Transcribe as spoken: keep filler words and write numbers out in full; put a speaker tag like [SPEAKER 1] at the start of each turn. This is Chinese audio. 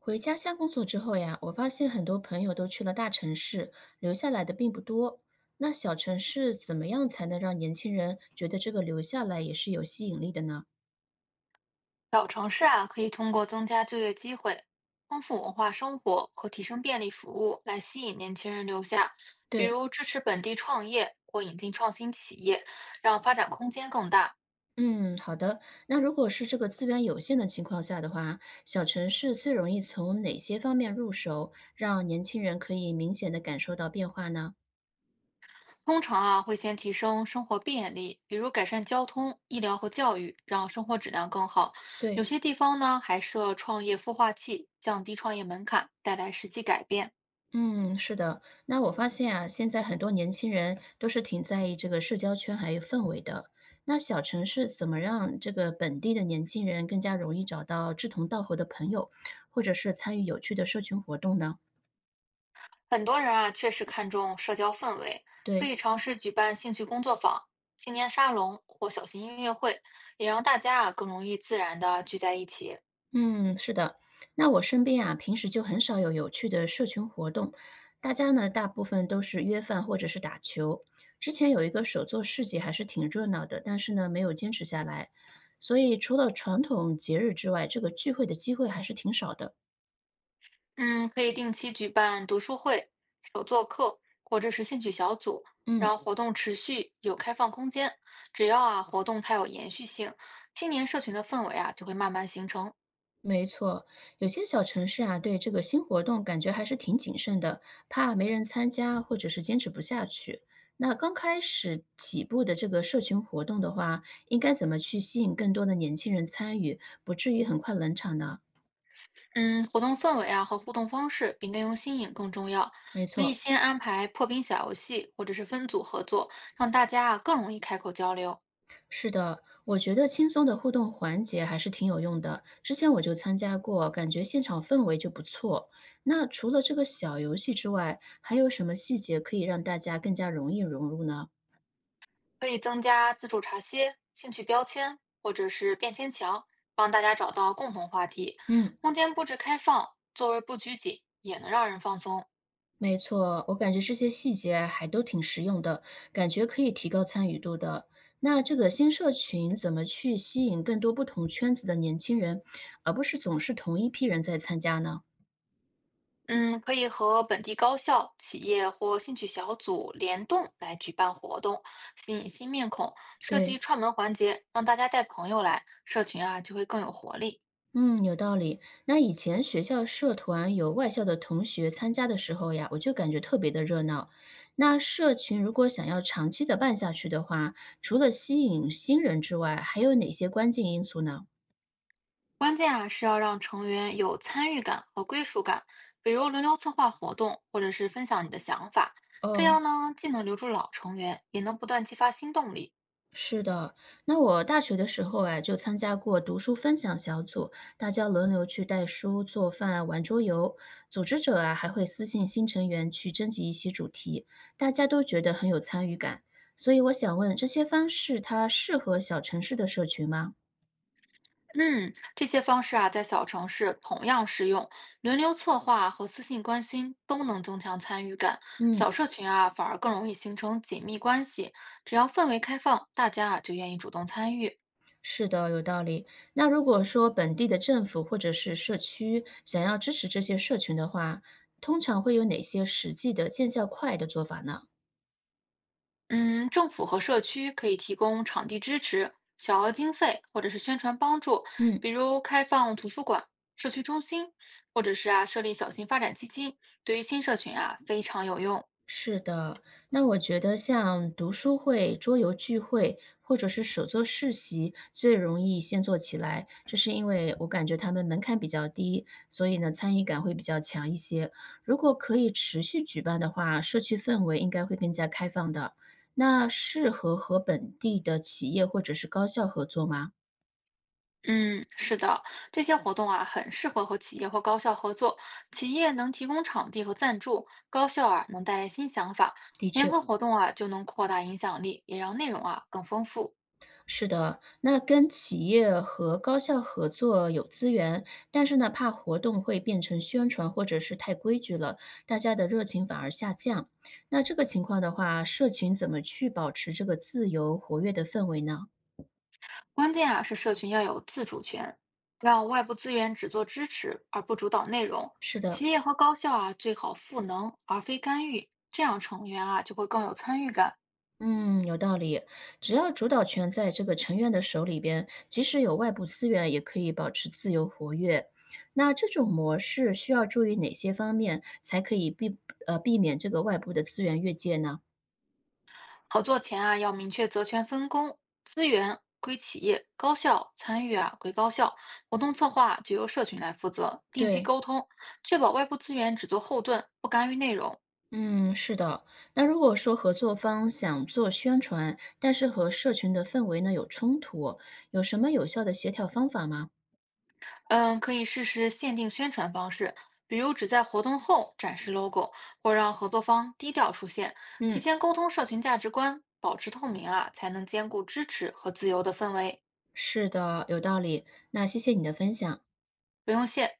[SPEAKER 1] 回家乡工作之后呀，我发现很多朋友都去了大城市，留下来的并不多。那小城市怎么样才能让年轻人觉得这个留下来也是有吸引力的呢？
[SPEAKER 2] 小城市啊，可以通过增加就业机会、丰富文化生活和提升便利服务来吸引年轻人留下，比
[SPEAKER 1] 对，
[SPEAKER 2] 如支持本地创业或引进创新企业，让发展空间更大。
[SPEAKER 1] 嗯，好的。那如果是这个资源有限的情况下的话，小城市最容易从哪些方面入手，让年轻人可以明显的感受到变化呢？
[SPEAKER 2] 通常啊，会先提升生活便利，比如改善交通、医疗和教育，让生活质量更好。有
[SPEAKER 1] 对，
[SPEAKER 2] 些地方呢，还设创业孵化器，降低创业门槛，带来实际改变。
[SPEAKER 1] 嗯，是的。那我发现啊，现在很多年轻人都是挺在意这个社交圈还有氛围的。那小城市怎么让这个本地的年轻人更加容易找到志同道合的朋友，或者是参与有趣的社群活动呢？
[SPEAKER 2] 很多人啊，确实看重社交氛围，可
[SPEAKER 1] 对。
[SPEAKER 2] 以尝试举办兴趣工作坊、青年沙龙或小型音乐会，也让大家啊更容易自然的聚在一起。
[SPEAKER 1] 嗯，是的。那我身边啊，平时就很少有有趣的社群活动，大家呢大部分都是约饭或者是打球。之前有一个手作市集，还是挺热闹的，但是呢没有坚持下来。所以除了传统节日之外，这个聚会的机会还是挺少的。
[SPEAKER 2] 嗯，可以定期举办读书会或者是兴趣小组，
[SPEAKER 1] 嗯。
[SPEAKER 2] 让活动持续有开放空间。只要啊活动它有延续性，青年社群的氛围啊就会慢慢形成。
[SPEAKER 1] 没错，有些小城市啊，对这个新活动感觉还是挺谨慎的，怕没人参加或者是坚持不下去。那刚开始起步的这个社群活动的话，应该怎么去吸引更多的年轻人参与，不至于很快冷场呢？
[SPEAKER 2] 嗯，活动氛围啊和互动方式比内容新颖更重要。
[SPEAKER 1] 没
[SPEAKER 2] 可以
[SPEAKER 1] 错，
[SPEAKER 2] 先安排破冰小游戏，或者是分组合作，让大家啊更容易开口交流。
[SPEAKER 1] 是的，我觉得轻松的互动环节还是挺有用的。之前我就参加过，感觉现场氛围就不错。那除了这个小游戏之外，还有什么细节可以让大家更加容易融入呢？
[SPEAKER 2] 可以增加自助茶歇、兴趣标签或者是便签墙，帮大家找到共同话题。
[SPEAKER 1] 嗯。
[SPEAKER 2] 空间布置开放，座位不拘谨，也能让人放松。
[SPEAKER 1] 没错，我感觉这些细节还都挺实用的，感觉可以提高参与度的。那这个新社群怎么去吸引更多不同圈子的年轻人，而不是总是同一批人在参加呢？
[SPEAKER 2] 嗯，可以和本地高校、企业或兴趣小组联动来举办活动，吸引新面孔，设计
[SPEAKER 1] 对，
[SPEAKER 2] 串门环节，让大家带朋友来，社群啊就会更有活力。
[SPEAKER 1] 嗯，有道理。那以前学校社团有外校的同学参加的时候呀，我就感觉特别的热闹。那社群如果想要长期的办下去的话，除了吸引新人之外，还有哪些关键因素呢？
[SPEAKER 2] 关键啊是要让成员有参与感和归属感，比如轮流策划活动，或者是分享你的想法，这
[SPEAKER 1] 哦，
[SPEAKER 2] 样呢既能留住老成员，也能不断激发新动力。
[SPEAKER 1] 是的，那我大学的时候啊，就参加过读书分享小组，大家轮流去带书、做饭、玩桌游。组织者啊，还会私信新成员去征集一些主题，大家都觉得很有参与感。所以我想问，这些方式它适合小城市的社群吗？
[SPEAKER 2] 嗯，这些方式啊，在小城市同样适用，轮流策划和私信关心都能增强参与感。
[SPEAKER 1] 嗯，
[SPEAKER 2] 小社群啊，反而更容易形成紧密关系。只要氛围开放，大家啊就愿意主动参与。
[SPEAKER 1] 是的，有道理。那如果说本地的政府或者是社区想要支持这些社群的话，通常会有哪些实际的见效快的做法呢？
[SPEAKER 2] 嗯，政府和社区可以提供场地支持、小额经费或者是宣传帮助，
[SPEAKER 1] 嗯。
[SPEAKER 2] 比如开放图书馆、社区中心，或者是啊设立小型发展基金，对于新社群啊非常有用。
[SPEAKER 1] 是的，那我觉得像读书会、桌游聚会或者是手作市集最容易先做起来，这是因为我感觉他们门槛比较低，所以呢参与感会比较强一些。如果可以持续举办的话，社区氛围应该会更加开放的。那适合和本地的企业或者是高校合作吗？
[SPEAKER 2] 嗯，是的，这些活动啊，很适合和企业或高校合作。企业能提供场地和赞助，高校啊能带来新想法，
[SPEAKER 1] 的确。
[SPEAKER 2] 联合活动啊就能扩大影响力，也让内容啊更丰富。
[SPEAKER 1] 是的，那跟企业和高校合作有资源，但是呢，怕活动会变成宣传或者是太规矩了，大家的热情反而下降。那这个情况的话，社群怎么去保持这个自由活跃的氛围呢？
[SPEAKER 2] 关键啊是社群要有自主权，让外部资源只做支持而不主导内容。
[SPEAKER 1] 是的，
[SPEAKER 2] 企业和高校啊最好赋能而非干预，这样成员啊就会更有参与感，
[SPEAKER 1] 嗯，有道理。只要主导权在这个成员的手里边，即使有外部资源，也可以保持自由活跃。那这种模式需要注意哪些方面，才可以避呃避免这个外部的资源越界呢？
[SPEAKER 2] 合作前啊，要明确责权分工，资源归企业，高校参与啊归高校，活动策划就由社群来负责，定期
[SPEAKER 1] 对，
[SPEAKER 2] 沟通，确保外部资源只做后盾，不干预内容。
[SPEAKER 1] 嗯，是的。那如果说合作方想做宣传，但是和社群的氛围呢有冲突，有什么有效的协调方法吗？
[SPEAKER 2] 嗯，可以试试限定宣传方式，比如只在活动后展示 logo，或让合作方低调出现，提
[SPEAKER 1] 嗯，
[SPEAKER 2] 前沟通社群价值观，保持透明啊，才能兼顾支持和自由的氛围。
[SPEAKER 1] 是的，有道理。那谢谢你的分享。
[SPEAKER 2] 不用谢。